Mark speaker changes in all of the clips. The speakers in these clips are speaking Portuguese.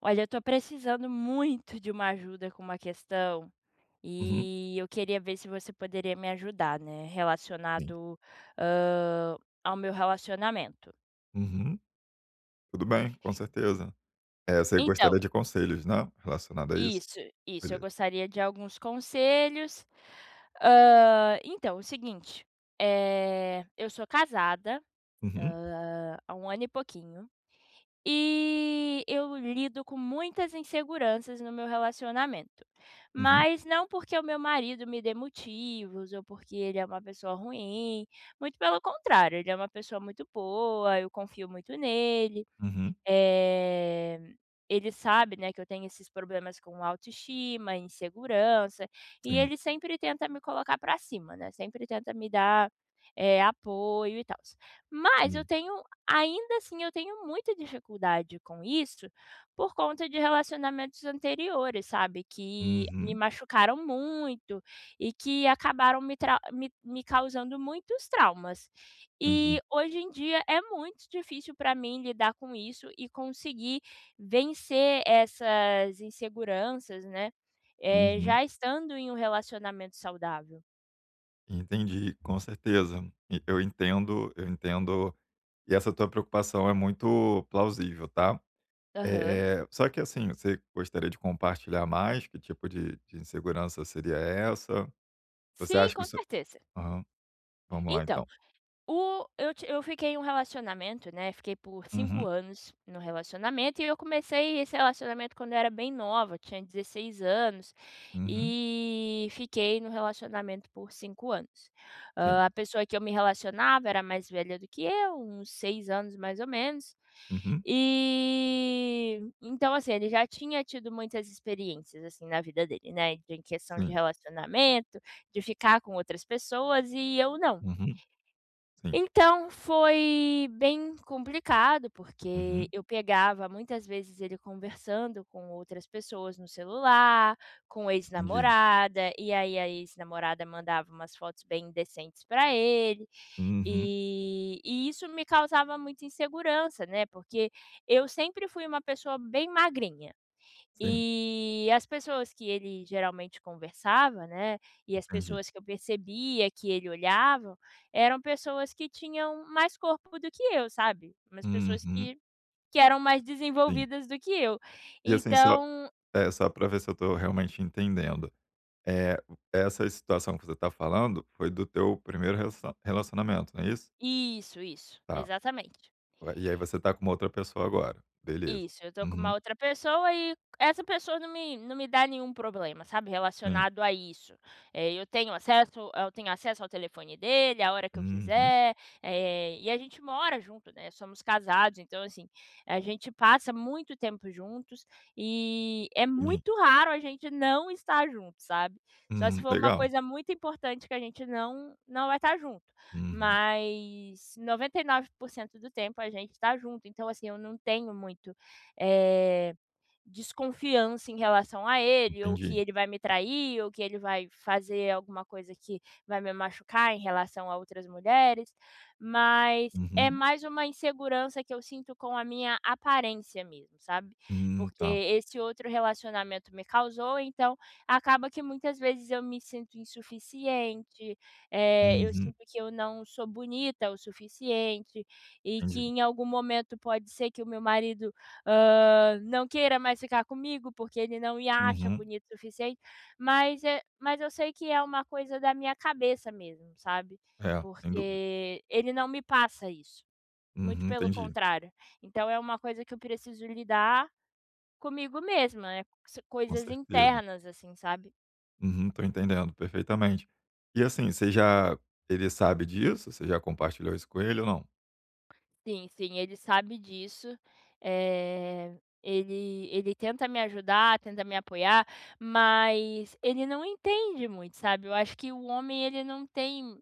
Speaker 1: Olha, eu tô precisando muito de uma ajuda com uma questão
Speaker 2: Uhum,
Speaker 1: e eu queria ver se você poderia me ajudar, né?
Speaker 2: sim.
Speaker 1: Relacionado, hã, ao meu relacionamento.
Speaker 2: Uhum. Tudo bem, com certeza. Você
Speaker 1: Então,
Speaker 2: gostaria de conselhos, né, relacionado a isso?
Speaker 1: isso, isso. Eu
Speaker 2: Beleza.
Speaker 1: gostaria de alguns conselhos. Então, o seguinte, eu sou casada,
Speaker 2: Uhum,
Speaker 1: há um ano e pouquinho. E eu lido com muitas inseguranças no meu relacionamento,
Speaker 2: uhum,
Speaker 1: mas não porque o meu marido me dê motivos ou porque ele é uma pessoa ruim. Muito pelo contrário, ele é uma pessoa muito boa, eu confio muito nele.
Speaker 2: uhum.
Speaker 1: Eh, Ele sabe, né, que eu tenho esses problemas com autoestima, insegurança, e
Speaker 2: Sim,
Speaker 1: ele sempre tenta me colocar para cima, né, sempre tenta me dar, apoio e tal. Mas eu
Speaker 2: entendi.
Speaker 1: tenho ainda assim, eu tenho muita dificuldade com isso, por conta de relacionamentos anteriores, sabe, que me
Speaker 2: Uhum,
Speaker 1: machucaram muito e que acabaram me causando muitos traumas. E
Speaker 2: entendi.
Speaker 1: hoje em dia é muito difícil para mim lidar com isso e conseguir vencer essas inseguranças, né,
Speaker 2: Uhum,
Speaker 1: já estando em um relacionamento saudável.
Speaker 2: entendi, com certeza. E eu entendo, e essa tua preocupação é muito plausível, tá.
Speaker 1: Aham.
Speaker 2: Só que, assim, você gostaria de compartilhar mais? Que tipo de insegurança seria essa? Você
Speaker 1: Sim,
Speaker 2: acha que o
Speaker 1: com
Speaker 2: seu
Speaker 1: certeza.
Speaker 2: aham, vamos lá
Speaker 1: Então
Speaker 2: então.
Speaker 1: O eu ti eu fiquei em um relacionamento, né, fiquei por cinco
Speaker 2: Uhum,
Speaker 1: anos no relacionamento e eu comecei esse relacionamento quando eu era bem nova, eu tinha 16 anos,
Speaker 2: uhum,
Speaker 1: e fiquei no relacionamento por 5 anos.
Speaker 2: sim.
Speaker 1: A pessoa que eu me relacionava era mais velha do que eu, uns 6 anos mais ou menos,
Speaker 2: Uhum,
Speaker 1: e então, assim, ele já tinha tido muitas experiências, assim, na vida dele, né, em questão de
Speaker 2: sim.
Speaker 1: relacionamento, de ficar com outras pessoas e eu não.
Speaker 2: Uhum. Sim.
Speaker 1: Então foi bem complicado, porque
Speaker 2: Uhum.
Speaker 1: eu pegava muitas vezes ele conversando com outras pessoas no celular, com
Speaker 2: Entendi.
Speaker 1: ex-namorada, e aí a ex-namorada mandava umas fotos bem indecentes para ele,
Speaker 2: Uhum.
Speaker 1: e isso me causava muita insegurança, né, porque eu sempre fui uma pessoa bem magrinha.
Speaker 2: Sim,
Speaker 1: E as pessoas que ele geralmente conversava, né, e as
Speaker 2: entendi.
Speaker 1: pessoas que eu percebia que ele olhava, eram pessoas que tinham mais corpo do que eu, sabe. Umas pessoas
Speaker 2: Uhum.
Speaker 1: que eram mais
Speaker 2: Sim.
Speaker 1: desenvolvidas do que eu.
Speaker 2: E assim, só
Speaker 1: Então.
Speaker 2: é, só pra ver se eu tô realmente entendendo, é, essa situação que você tá falando foi do teu primeiro relacionamento, não é isso?
Speaker 1: Isso,
Speaker 2: Tá.
Speaker 1: exatamente.
Speaker 2: E aí você tá com uma outra pessoa agora. Beleza.
Speaker 1: Isso, eu tô com uma
Speaker 2: Uhum.
Speaker 1: outra pessoa e essa pessoa não me dá nenhum problema, sabe,
Speaker 2: Sim.
Speaker 1: relacionado a isso. Eu tenho acesso ao telefone dele a hora que eu
Speaker 2: Uhum.
Speaker 1: quiser, e a gente mora junto, né, somos casados, então, assim, a gente passa muito tempo juntos e é
Speaker 2: Entendi.
Speaker 1: muito raro a gente não estar junto, sabe. Só se
Speaker 2: Uhum.
Speaker 1: for uma
Speaker 2: Legal.
Speaker 1: coisa muito importante que a gente não vai estar junto,
Speaker 2: Uhum.
Speaker 1: mas 99% do tempo a gente está junto, então, assim, eu não tenho muito, eh, desconfiança em relação a ele, ou que
Speaker 2: Entendi.
Speaker 1: ele vai me trair, ou que ele vai fazer alguma coisa que vai me machucar em relação a outras mulheres, mas é
Speaker 2: Uhum.
Speaker 1: mais uma insegurança que eu sinto com a minha aparência mesmo, sabe. Porque
Speaker 2: Tá.
Speaker 1: esse outro relacionamento me causou, então acaba que muitas vezes eu me sinto insuficiente, eu
Speaker 2: Uhum.
Speaker 1: sinto que eu não sou bonita o suficiente, e que
Speaker 2: Entendi.
Speaker 1: em algum momento pode ser que o meu marido, não queira mais ficar comigo, porque ele não me acha
Speaker 2: Uhum.
Speaker 1: bonito o suficiente, mas eu sei que é uma coisa da minha cabeça mesmo, sabe,
Speaker 2: É, sem dúvida.
Speaker 1: porque ele não me passa isso, muito
Speaker 2: Uhum.
Speaker 1: pelo
Speaker 2: Entendi.
Speaker 1: contrário. Então é uma coisa que eu preciso lidar comigo mesma, é
Speaker 2: Com
Speaker 1: coisas
Speaker 2: certeza.
Speaker 1: internas, assim, sabe.
Speaker 2: Uhum, tô entendendo perfeitamente. E assim, você já, ele sabe disso? Você já compartilhou isso com ele ou não?
Speaker 1: Sim, sim, ele sabe disso. Eh, ele tenta me ajudar, tenta me apoiar, mas ele não entende muito, sabe. Eu acho que o homem, ele não tem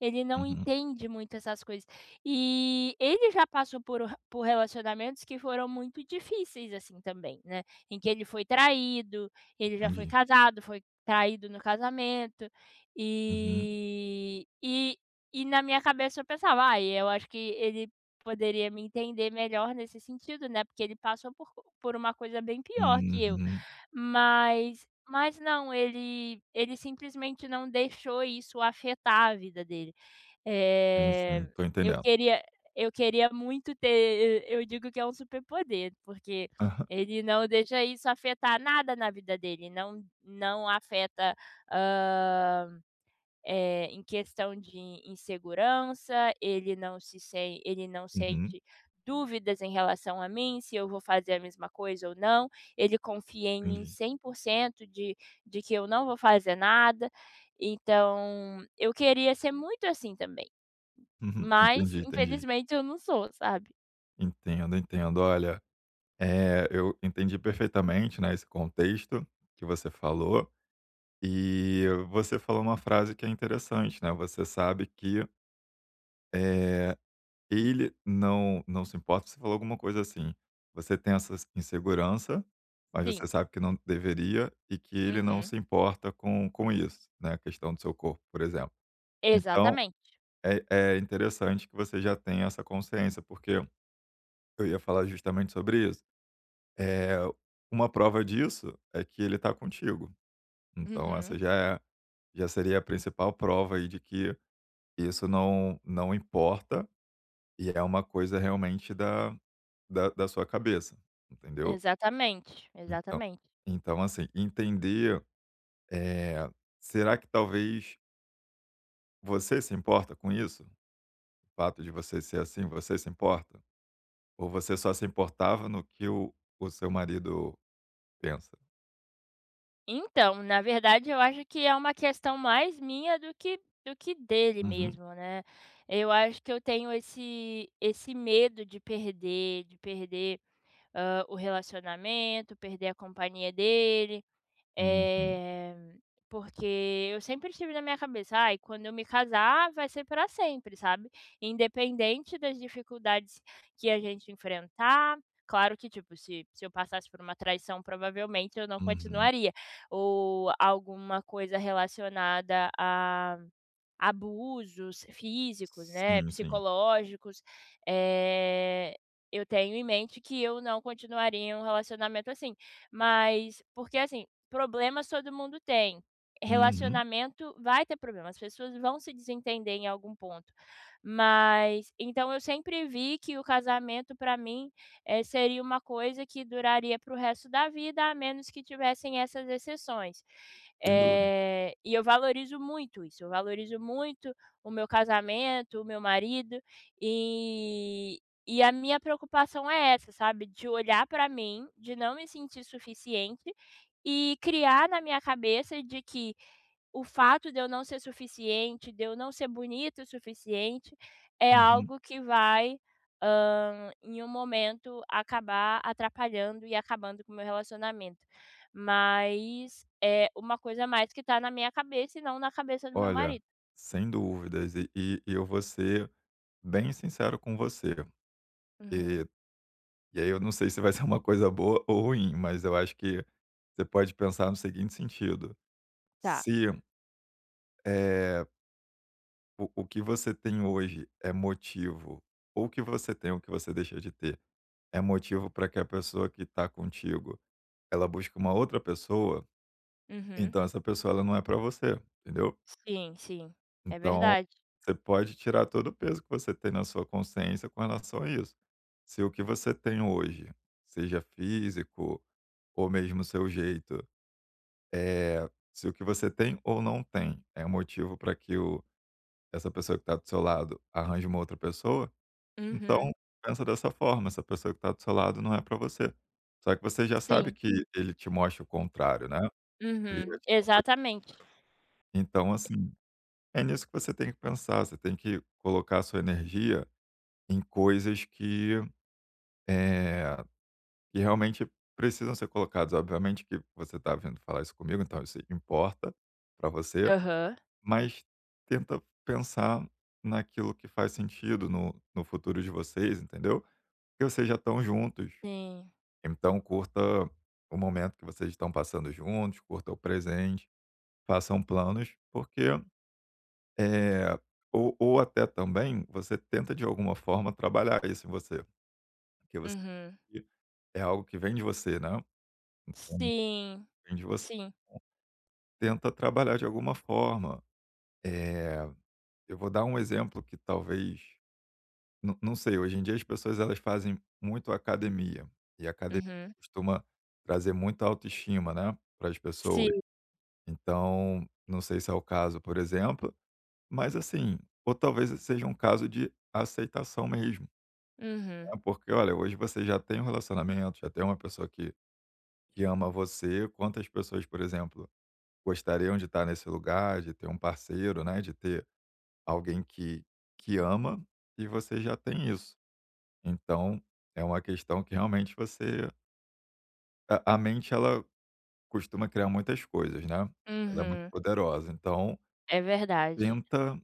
Speaker 1: ele não
Speaker 2: Uhum,
Speaker 1: entende muito essas coisas. E ele já passou por relacionamentos que foram muito difíceis, assim, também, né, em que ele foi traído, ele já foi
Speaker 2: entendi.
Speaker 1: casado, foi traído no casamento,
Speaker 2: Uhum,
Speaker 1: e e e na minha cabeça eu pensava: "Ai, eu acho que ele poderia me entender melhor nesse sentido, né, porque ele passou por uma coisa bem pior que eu."
Speaker 2: uhum.
Speaker 1: Mas não, ele simplesmente não deixou isso afetar a vida dele.
Speaker 2: Sim, sim,
Speaker 1: Eh,
Speaker 2: tô
Speaker 1: eu
Speaker 2: entendendo.
Speaker 1: queria eu digo que é um superpoder, porque
Speaker 2: Aham.
Speaker 1: ele não deixa isso afetar nada na vida dele, não afeta, em questão de insegurança, ele não se sen ele não
Speaker 2: Uhum,
Speaker 1: sente dúvidas em relação a mim, se eu vou fazer a mesma coisa ou não, ele confia em mim
Speaker 2: entendi.
Speaker 1: 100% de que eu não vou fazer nada. Então, eu queria ser muito assim também,
Speaker 2: Uhum,
Speaker 1: mas
Speaker 2: entendi, entendi.
Speaker 1: infelizmente eu não sou, sabe.
Speaker 2: Entendo, entendo. Olha, eu entendi perfeitamente, né, esse contexto que você falou, e você falou uma frase que é interessante, né, você sabe que, eh ele não se importa, você falou alguma coisa assim: "Você tem essa insegurança, mas você
Speaker 1: Sim.
Speaker 2: sabe que não deveria e que ele não
Speaker 1: Uhum.
Speaker 2: se importa com isso", né, a questão do seu corpo, por exemplo. Então
Speaker 1: Exatamente.
Speaker 2: é, é interessante que você já tenha essa consciência, porque eu ia falar justamente sobre isso. É, uma prova disso é que ele está contigo, então essa
Speaker 1: Uhum.
Speaker 2: já é, já seria a principal prova aí de que isso não importa. E é uma coisa realmente da da sua cabeça, entendeu?
Speaker 1: Exatamente,
Speaker 2: Então
Speaker 1: exatamente.
Speaker 2: então assim, entender, eh, será que talvez você se importa com isso? O fato de você ser assim, você se importa? Ou você só se importava no que o seu marido pensa?
Speaker 1: Então, na verdade, eu acho que é uma questão mais minha do que dele
Speaker 2: Uhum,
Speaker 1: mesmo, né. Eu acho que eu tenho esse medo de perder, o relacionamento, perder a companhia dele,
Speaker 2: uhum,
Speaker 1: eh, porque eu sempre tive na minha cabeça: "Ai, quando eu me casar vai ser para sempre", sabe. Independente das dificuldades que a gente enfrentar. Claro que, tipo, se eu passasse por uma traição, provavelmente eu não
Speaker 2: uhum.
Speaker 1: continuaria, ou alguma coisa relacionada a abusos físicos, né,
Speaker 2: Sim, sim.
Speaker 1: psicológicos, eh, eu tenho em mente que eu não continuaria em um relacionamento assim. Mas porque, assim, problemas todo mundo tem,
Speaker 2: Uhum,
Speaker 1: relacionamento vai ter problemas, as pessoas vão se desentender em algum ponto. Mas então eu sempre vi que o casamento para mim, seria uma coisa que duraria para o resto da vida, a menos que tivessem essas exceções.
Speaker 2: sem dúvidas.
Speaker 1: E eu valorizo muito isso, eu valorizo muito o meu casamento, o meu marido, e e a minha preocupação é essa, sabe, de olhar para mim, de não me sentir suficiente e criar na minha cabeça de que o fato de eu não ser suficiente, de eu não ser bonita o suficiente, é
Speaker 2: Uhum.
Speaker 1: algo que vai, em um momento acabar atrapalhando e acabando com o meu relacionamento. Mas é uma coisa a mais que tá na minha cabeça e não na cabeça do meu
Speaker 2: Olha,
Speaker 1: marido.
Speaker 2: sem dúvidas. E eu vou ser bem sincero com você.
Speaker 1: Uhum.
Speaker 2: eh E aí eu não sei se vai ser uma coisa boa ou ruim, mas eu acho que você pode pensar no seguinte sentido:
Speaker 1: Tá.
Speaker 2: se, eh, o que você tem hoje é motivo, ou o que você tem, o que você deixa de ter, é motivo para que a pessoa que está contigo ela busque uma outra pessoa,
Speaker 1: Uhum.
Speaker 2: então essa pessoa ela não é para você, entendeu?
Speaker 1: Sim, sim. É
Speaker 2: Então,
Speaker 1: verdade.
Speaker 2: você pode tirar todo o peso que você tem na sua consciência com relação a isso. Se o que você tem hoje, seja físico ou mesmo seu jeito, se o que você tem ou não tem é um motivo para que o essa pessoa que está do seu lado arranje uma outra pessoa, então
Speaker 1: Uhum.
Speaker 2: pensa dessa forma, essa pessoa que está do seu lado não é para você. Só que você já sabe
Speaker 1: Sim.
Speaker 2: que ele te mostra o contrário, né, ele já
Speaker 1: Uhum.
Speaker 2: te propôs,
Speaker 1: Exatamente.
Speaker 2: então assim, é nisso que você tem que pensar, você tem que colocar a sua energia em coisas que, eh, que realmente precisam ser colocadas. Obviamente que você está vindo falar isso comigo, então isso importa para você.
Speaker 1: Aham.
Speaker 2: Mas tenta pensar naquilo que faz sentido no, no futuro de vocês, entendeu? Que vocês já estão juntos.
Speaker 1: Sim.
Speaker 2: Então, curta o momento que vocês estão passando juntos, curta o presente, façam planos, porque. É, ou até também você tenta de alguma forma trabalhar isso em você, porque você,
Speaker 1: Uhum.
Speaker 2: é algo que vem de você, né? Então,
Speaker 1: Sim.
Speaker 2: vem de você.
Speaker 1: Sim.
Speaker 2: Tenta trabalhar de alguma forma. É, eu vou dar um exemplo que talvez, não não sei, hoje em dia as pessoas elas fazem muito academia, e a academia
Speaker 1: Uhum.
Speaker 2: costuma trazer muita autoestima, né, para as pessoas.
Speaker 1: Sim.
Speaker 2: Então, não sei se é o caso, por exemplo, mas assim, ou talvez seja um caso de aceitação mesmo,
Speaker 1: Uhum,
Speaker 2: né, porque olha, hoje você já tem um relacionamento, já tem uma pessoa que ama você, quantas pessoas, por exemplo, gostariam de estar nesse lugar, de ter um parceiro, né, de ter alguém que ama, e você já tem isso. Então, é uma questão que realmente você, a mente ela costuma criar muitas coisas, né, ela é muito
Speaker 1: uhum,
Speaker 2: poderosa. Então,
Speaker 1: é verdade.
Speaker 2: tenta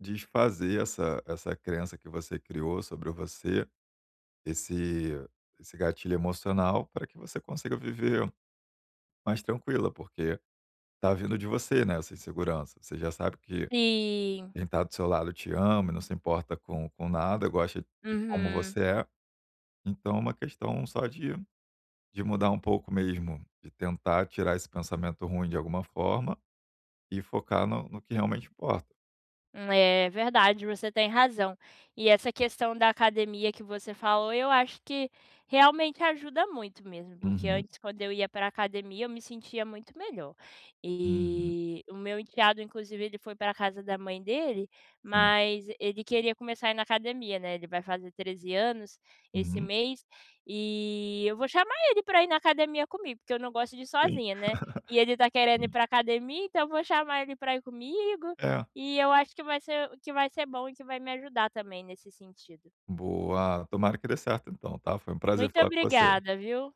Speaker 2: desfazer essa crença que você criou sobre você, esse esse gatilho emocional para que você consiga viver mais tranquila, porque tá vindo de você, né, essa insegurança. Você já sabe que
Speaker 1: Sim,
Speaker 2: quem tá do seu lado te ama, não se importa com nada, gosta de como
Speaker 1: uhum.
Speaker 2: você é, então é uma questão só de mudar um pouco mesmo, de tentar tirar esse pensamento ruim de alguma forma e focar no, no que realmente importa.
Speaker 1: É verdade, você tem razão. E essa questão da academia que você falou, eu acho que realmente ajuda muito mesmo, porque
Speaker 2: Uhum.
Speaker 1: antes, quando eu ia pra academia, eu me sentia muito melhor.
Speaker 2: Uhum.
Speaker 1: E o meu enteado, inclusive, ele foi pra casa da mãe dele,
Speaker 2: Sim.
Speaker 1: mas ele queria começar a ir na academia, né, ele vai fazer 13 anos esse
Speaker 2: Uhum.
Speaker 1: mês, e eu vou chamar ele para ir na academia comigo, porque eu não gosto de ir
Speaker 2: Sim.
Speaker 1: sozinha, né. E ele tá querendo ir
Speaker 2: Sim.
Speaker 1: para academia, então eu vou chamar ele para ir comigo,
Speaker 2: É.
Speaker 1: e eu acho que vai ser bom e que vai me ajudar também nesse sentido.
Speaker 2: Boa. Tomara que dê certo então, tá? Foi um prazer
Speaker 1: Muito
Speaker 2: falar com você.
Speaker 1: obrigada, viu?